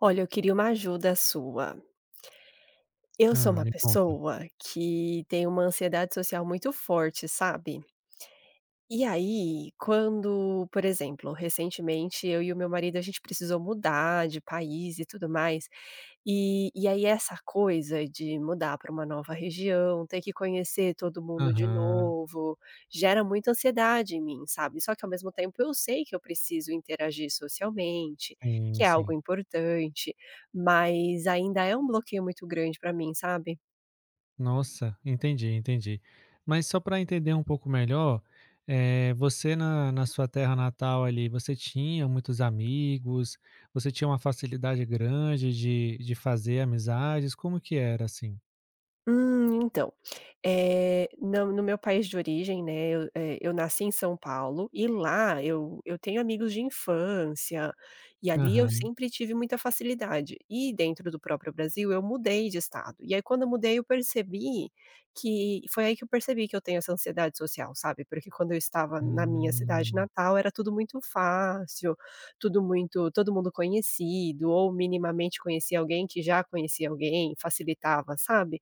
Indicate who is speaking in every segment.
Speaker 1: Olha, eu queria uma ajuda sua. Eu sou
Speaker 2: Hã,
Speaker 1: uma
Speaker 2: me conta.
Speaker 1: pessoa que tem uma ansiedade social muito forte, sabe? E aí, quando, por exemplo, recentemente eu e o meu marido a gente precisou mudar de país e tudo mais, e aí essa coisa de mudar para uma nova região, ter que conhecer todo mundo de
Speaker 2: Aham,
Speaker 1: novo, gera muita ansiedade em mim, sabe. Só que ao mesmo tempo eu sei que eu preciso interagir socialmente,
Speaker 2: sim,
Speaker 1: que é algo
Speaker 2: sim.
Speaker 1: importante, mas ainda é um bloqueio muito grande para mim, sabe.
Speaker 2: Nossa, entendi, entendi. Mas só para entender um pouco melhor, você na sua terra natal ali, você tinha muitos amigos? Você tinha uma facilidade grande de fazer amizades? Como que era assim?
Speaker 1: Então. Não, no meu país de origem, né, eu nasci em São Paulo e lá eu tenho amigos de infância, e ali eu
Speaker 2: Aham.
Speaker 1: sempre tive muita facilidade. E dentro do próprio Brasil eu mudei de estado, e aí quando eu mudei eu percebi que foi aí que eu percebi que eu tenho essa ansiedade social, sabe, porque quando eu estava na minha cidade
Speaker 2: Hum,
Speaker 1: natal era tudo muito fácil, tudo muito todo mundo conhecido, ou minimamente conhecia alguém que já conhecia alguém, facilitava, sabe.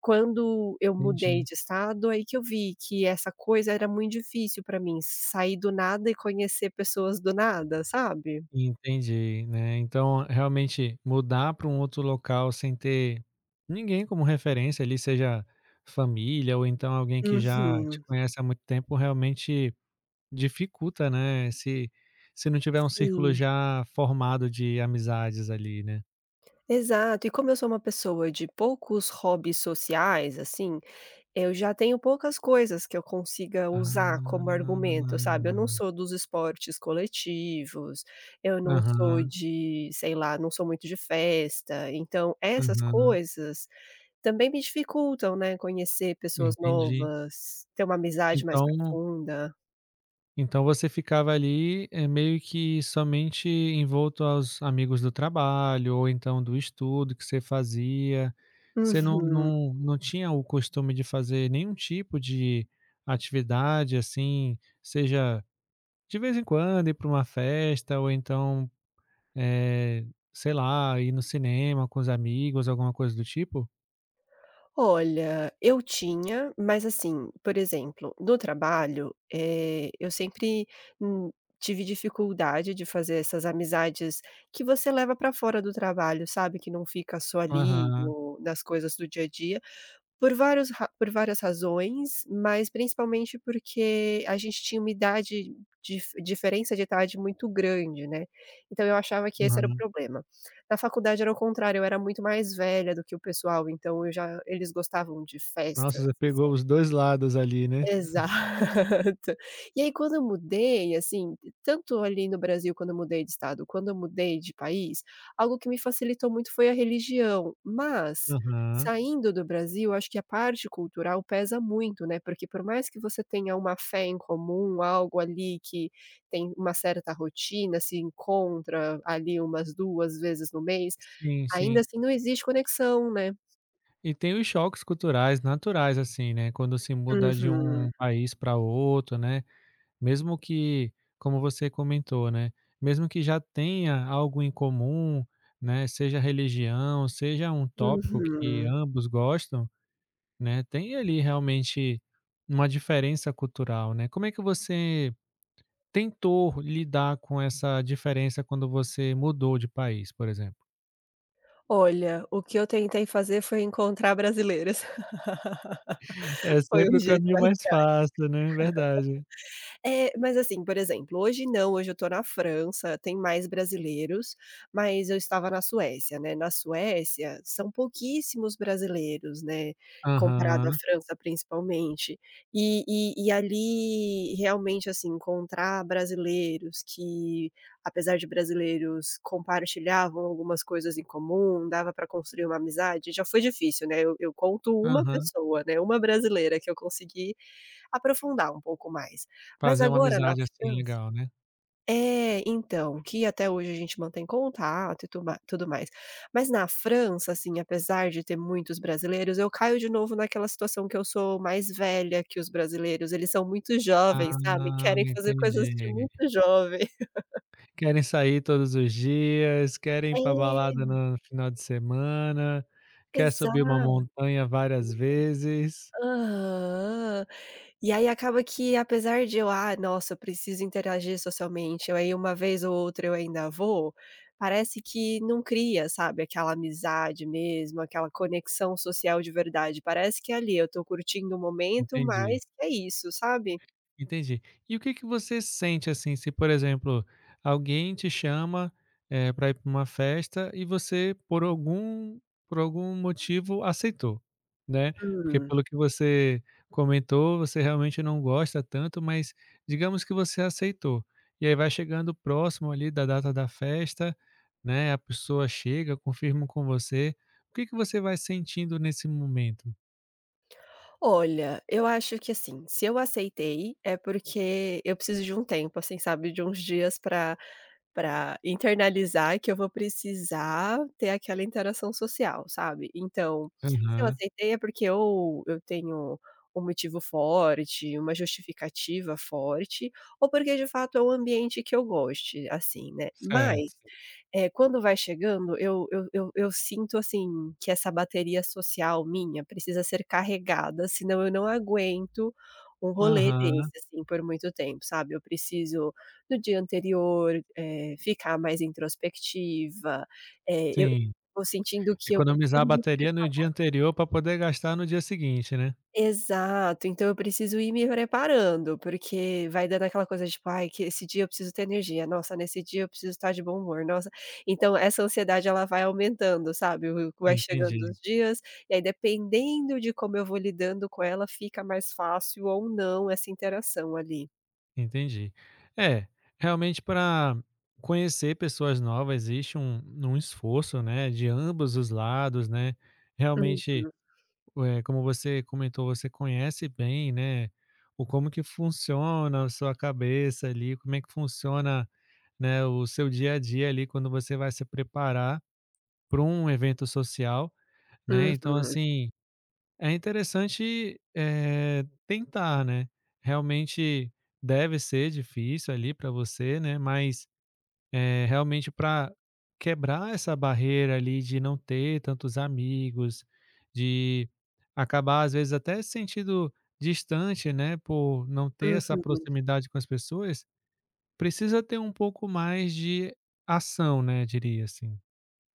Speaker 1: Quando eu mudei
Speaker 2: entendi.
Speaker 1: de estado, aí que eu vi que essa coisa era muito difícil pra mim, sair do nada e conhecer pessoas do nada, sabe?
Speaker 2: Entendi, né. Então, realmente, mudar para um outro local sem ter ninguém como referência ali, seja família ou então alguém que já te
Speaker 1: Uhum,
Speaker 2: conhece há muito tempo, realmente dificulta, né, se não tiver um círculo
Speaker 1: sim.
Speaker 2: já formado de amizades ali, né.
Speaker 1: Exato, e como eu sou uma pessoa de poucos hobbies sociais, assim, eu já tenho poucas coisas que eu consiga usar como
Speaker 2: Ah.
Speaker 1: argumento, sabe? Eu não sou dos esportes coletivos, eu não sou
Speaker 2: Aham,
Speaker 1: de, sei lá, não sou muito de festa, então essas
Speaker 2: aham,
Speaker 1: coisas também me dificultam, né, conhecer pessoas
Speaker 2: entendi.
Speaker 1: novas, ter uma amizade mais
Speaker 2: Então
Speaker 1: profunda.
Speaker 2: Então você ficava ali, meio que somente envolto aos amigos do trabalho ou então do estudo que você fazia. Você não
Speaker 1: Uhum.
Speaker 2: não não tinha o costume de fazer nenhum tipo de atividade, assim, seja de vez em quando ir para uma festa ou então, eh, sei lá, ir no cinema com os amigos, alguma coisa do tipo?
Speaker 1: Olha, eu tinha, mas assim, por exemplo, no trabalho, eu sempre, hum, tive dificuldade de fazer essas amizades que você leva para fora do trabalho, sabe, que não fica só ali
Speaker 2: Aham,
Speaker 1: no nas coisas do dia a dia. Por vários ra por várias razões, mas principalmente porque a gente tinha uma idade dif diferença de idade muito grande, né, então eu achava que esse era o
Speaker 2: aham.
Speaker 1: problema. Na faculdade era o contrário, eu era muito mais velha do que o pessoal, então eu já eles gostavam de festas.
Speaker 2: Nossa, você pegou os 2 lados ali, né?
Speaker 1: Exato. E aí quando eu mudei, assim, tanto ali no Brasil quando eu mudei de estado, quando eu mudei de país, algo que me facilitou muito foi a religião, mas
Speaker 2: Aham.
Speaker 1: saindo do Brasil, acho que a parte cultural pesa muito, né, porque por mais que você tenha uma fé em comum, algo ali que tem uma certa rotina, se encontra ali umas 2 vezes no mês,
Speaker 2: Sim,
Speaker 1: ainda
Speaker 2: sim.
Speaker 1: assim não existe conexão, né.
Speaker 2: E tem os choques culturais naturais, assim, né, quando se muda de
Speaker 1: Uhum,
Speaker 2: um país para outro, né, mesmo que, como você comentou, né, mesmo que já tenha algo em comum, né, seja religião, seja um tópico que
Speaker 1: uhum.
Speaker 2: ambos gostam, né, tem ali realmente uma diferença cultural, né. Como é que você tentou lidar com essa diferença quando você mudou de país, por exemplo?
Speaker 1: Olha, o que eu tentei fazer foi encontrar brasileiras,
Speaker 2: É
Speaker 1: foi o
Speaker 2: sempre o
Speaker 1: jeito
Speaker 2: caminho
Speaker 1: mais
Speaker 2: mais
Speaker 1: prático.
Speaker 2: fácil, né, verdade.
Speaker 1: É, mas assim, por exemplo, hoje não, hoje eu tô na França, tem mais brasileiros, mas eu estava na Suécia, né, na Suécia são pouquíssimos brasileiros, né, comparado à
Speaker 2: Aham,
Speaker 1: França principalmente, e ali realmente, assim, encontrar brasileiros que, apesar de brasileiros, compartilhavam algumas coisas em comum, dava para construir uma amizade, já foi difícil, né, eu conto uma
Speaker 2: aham.
Speaker 1: pessoa, né, uma brasileira que eu consegui aprofundar um pouco mais. Mas
Speaker 2: Fazer uma
Speaker 1: agora na
Speaker 2: amizade, assim,
Speaker 1: França
Speaker 2: legal, né?
Speaker 1: é, então, que até hoje a gente mantém contato e tu ma tudo mais. Mas na França, assim, apesar de ter muitos brasileiros, eu caio de novo naquela situação que eu sou mais velha que os brasileiros, eles são muito jovens, sabe,
Speaker 2: Ah,
Speaker 1: querem fazer coisas de
Speaker 2: entendi.
Speaker 1: muito jovem.
Speaker 2: Querem sair todos os dias, querem ir pra balada
Speaker 1: É,
Speaker 2: no final de semana, quer subir uma
Speaker 1: exato.
Speaker 2: montanha várias vezes.
Speaker 1: Aham. E aí acaba que apesar de eu: "Ah, nossa, eu preciso interagir socialmente", eu aí uma vez ou outra eu ainda vou, parece que não cria, sabe, aquela amizade mesmo, aquela conexão social de verdade. Parece que é ali eu tô curtindo o momento,
Speaker 2: Entendi.
Speaker 1: mas é isso, sabe?
Speaker 2: Entendi. E o que que você sente, assim, se, por exemplo, alguém te chama, para ir para uma festa e você, por algum motivo, aceitou, né? Porque
Speaker 1: Hum.
Speaker 2: pelo que você comentou, você realmente não gosta tanto, mas digamos que você aceitou. E aí vai chegando próximo ali da data da festa, né, a pessoa chega, confirma com você. O que que você vai sentindo nesse momento?
Speaker 1: Olha, eu acho que assim, se eu aceitei, é porque eu preciso de um tempo, assim, sabe, de uns dias pra para internalizar que eu vou precisar ter aquela interação social, sabe. Então, se eu
Speaker 2: Aham.
Speaker 1: aceitei é porque ou eu tenho um motivo forte, uma justificativa forte, ou porque de fato é um ambiente que eu goste, assim, né. Mas,
Speaker 2: Certo.
Speaker 1: quando vai chegando eu sinto, assim, que essa bateria social minha precisa ser carregada, senão eu não aguento um rolê desse,
Speaker 2: Aham,
Speaker 1: assim, por muito tempo, sabe. Eu preciso do dia anterior, ficar mais introspectiva, eu
Speaker 2: sim.
Speaker 1: vou sentindo que eu
Speaker 2: Economizar a
Speaker 1: preciso me
Speaker 2: bateria
Speaker 1: prepa
Speaker 2: no dia anterior para poder gastar no dia seguinte, né.
Speaker 1: exato, então eu preciso ir me preparando, porque vai dando aquela coisa, tipo: "Ai, que esse dia eu preciso ter energia, nossa, nesse dia eu preciso estar de bom humor, nossa". Então essa ansiedade ela vai aumentando, sabe, o vai chegando
Speaker 2: Entendi,
Speaker 1: os dias, e aí dependendo de como eu vou lidando com ela, fica mais fácil ou não essa interação ali.
Speaker 2: entendi. É, realmente para conhecer pessoas novas existe um esforço, né, de ambos os lados, né. Realmente,
Speaker 1: Uhum,
Speaker 2: como você comentou, você conhece bem, né, o como que funciona a sua cabeça ali, como é que funciona, né, o seu dia a dia ali quando você vai se preparar para um evento social, né.
Speaker 1: uhum,
Speaker 2: É interessante, tentar, né. Realmente deve ser difícil ali para você, né, mas, realmente para quebrar essa barreira ali de não ter tantos amigos, de acabar às vezes até se sentindo distante, né, por não ter essa
Speaker 1: uhum.
Speaker 2: proximidade com as pessoas, precisa ter um pouco mais de ação, né, diria assim.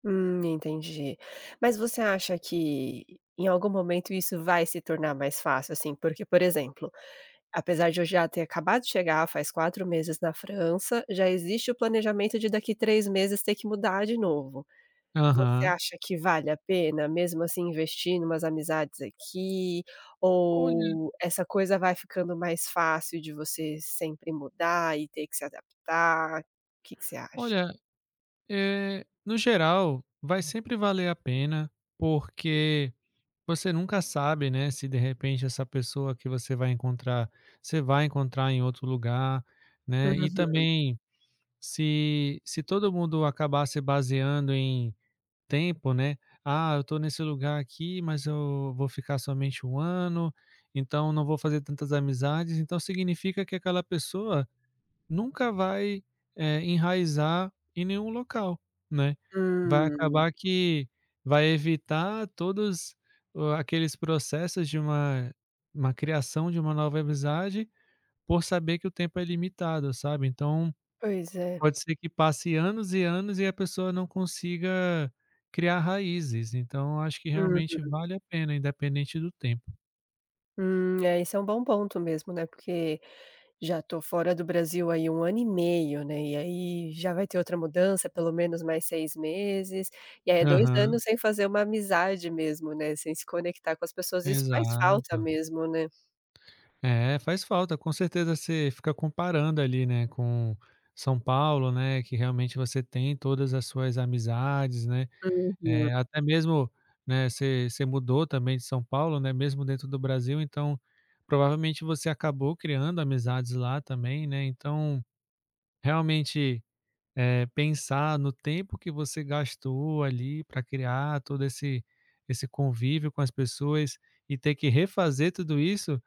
Speaker 1: Entendi. Mas você acha que em algum momento isso vai se tornar mais fácil, assim? Porque, por exemplo, apesar de eu já ter acabado de chegar faz 4 meses na França, já existe o planejamento de daqui 3 meses ter que mudar de novo. Você
Speaker 2: Aham.
Speaker 1: acha que vale a pena mesmo assim investir em umas amizades aqui?
Speaker 2: Olha
Speaker 1: Ou essa coisa vai ficando mais fácil de você sempre mudar e ter que se adaptar? O Que que você acha?
Speaker 2: olha, no geral, vai sempre valer a pena, porque você nunca sabe, né, se de repente essa pessoa que você vai encontrar em outro lugar, né, e
Speaker 1: Uhum.
Speaker 2: também se todo mundo acabar se baseando em tempo, né, "Ah, eu tô nesse lugar aqui, mas eu vou ficar somente um ano, então não vou fazer tantas amizades", então significa que aquela pessoa nunca vai, enraizar em nenhum local, né. Vai
Speaker 1: Hum,
Speaker 2: acabar que vai evitar todos o aqueles processos de uma criação de uma nova amizade, por saber que o tempo é limitado, sabe. Então,
Speaker 1: pois é.
Speaker 2: pode ser que passe anos e anos e a pessoa não consiga criar raízes, então acho que
Speaker 1: Uhum.
Speaker 2: realmente vale a pena, independente do tempo.
Speaker 1: É, isso é um bom ponto mesmo, né, porque já tô fora do Brasil aí 1 ano e meio, né, e aí já vai ter outra mudança, pelo menos mais 6 meses, e aí é 2
Speaker 2: Aham,
Speaker 1: anos sem fazer uma amizade mesmo, né, sem se conectar com as pessoas, isso faz falta
Speaker 2: exato.
Speaker 1: mesmo, né.
Speaker 2: É, faz falta. Com certeza você fica comparando ali, né, com São Paulo, né, que realmente você tem todas as suas amizades, né,
Speaker 1: Uhum.
Speaker 2: até mesmo, né, você mudou também de São Paulo, né, mesmo dentro do Brasil, então provavelmente você acabou criando amizades lá também, né, então realmente, pensar no tempo que você gastou ali para criar todo esse convívio com as pessoas e ter que refazer tudo isso,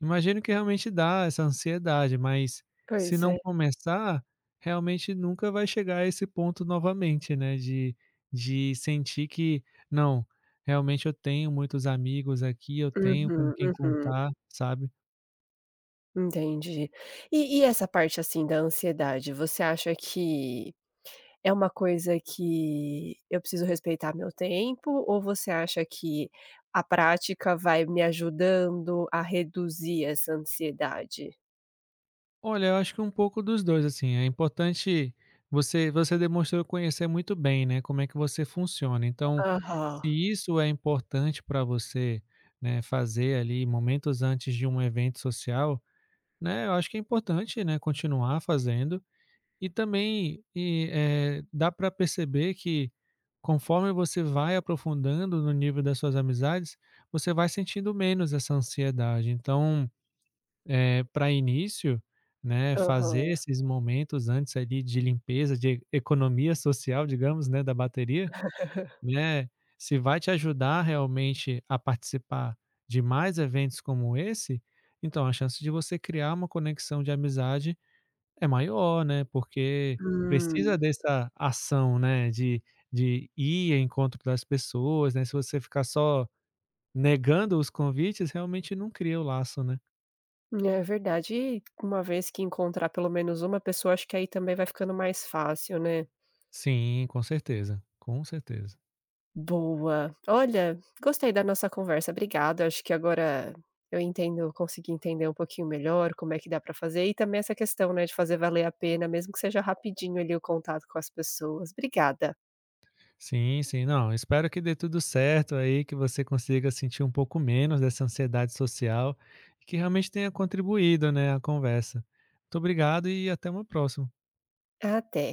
Speaker 2: imagino que realmente dá essa ansiedade, mas se
Speaker 1: Pois
Speaker 2: não
Speaker 1: é.
Speaker 2: começar, realmente nunca vai chegar a esse ponto novamente, né, de sentir que: "Não, realmente eu tenho muitos amigos aqui, eu tenho com
Speaker 1: Uhum,
Speaker 2: quem
Speaker 1: uhum.
Speaker 2: contar", sabe.
Speaker 1: Entendi. E essa parte, assim, da ansiedade, você acha que é uma coisa que eu preciso respeitar meu tempo ou você acha que a prática vai me ajudando a reduzir essa ansiedade?
Speaker 2: Olha, eu acho que um pouco dos 2 assim, é importante você demonstrou conhecer muito bem, né, como é que você funciona, então,
Speaker 1: Aham,
Speaker 2: se isso é importante para você, né, fazer ali momentos antes de um evento social. Né, eu acho que é importante, né, continuar fazendo e também dá para perceber que conforme você vai aprofundando no nível das suas amizades, você vai sentindo menos essa ansiedade. Então, pra início, né, fazer
Speaker 1: aham.
Speaker 2: esses momentos antes ali de limpeza, de economia social, digamos, né, da bateria, né, se vai te ajudar realmente a participar de mais eventos como esse, então a chance de você criar uma conexão de amizade é maior, né, porque precisa
Speaker 1: Hum,
Speaker 2: dessa ação, né, de ir ao encontro das pessoas, né, se você ficar só negando os convites, realmente não cria o laço, né.
Speaker 1: é verdade. E uma vez que encontrar pelo menos uma pessoa, acho que aí também vai ficando mais fácil, né?
Speaker 2: Sim, com certeza, com certeza.
Speaker 1: Boa. Olha, gostei da nossa conversa, obrigada. Acho que agora eu entendo consegui entender um pouquinho melhor como é que dá para fazer e também essa questão, né, de fazer valer a pena, mesmo que seja rapidinho ali o contato com as pessoas. Obrigada.
Speaker 2: Sim, sim. Não, espero que dê tudo certo aí, que você consiga sentir um pouco menos dessa ansiedade social e que realmente tenha contribuído, né, a conversa. Muito obrigado e até uma próxima.
Speaker 1: Até.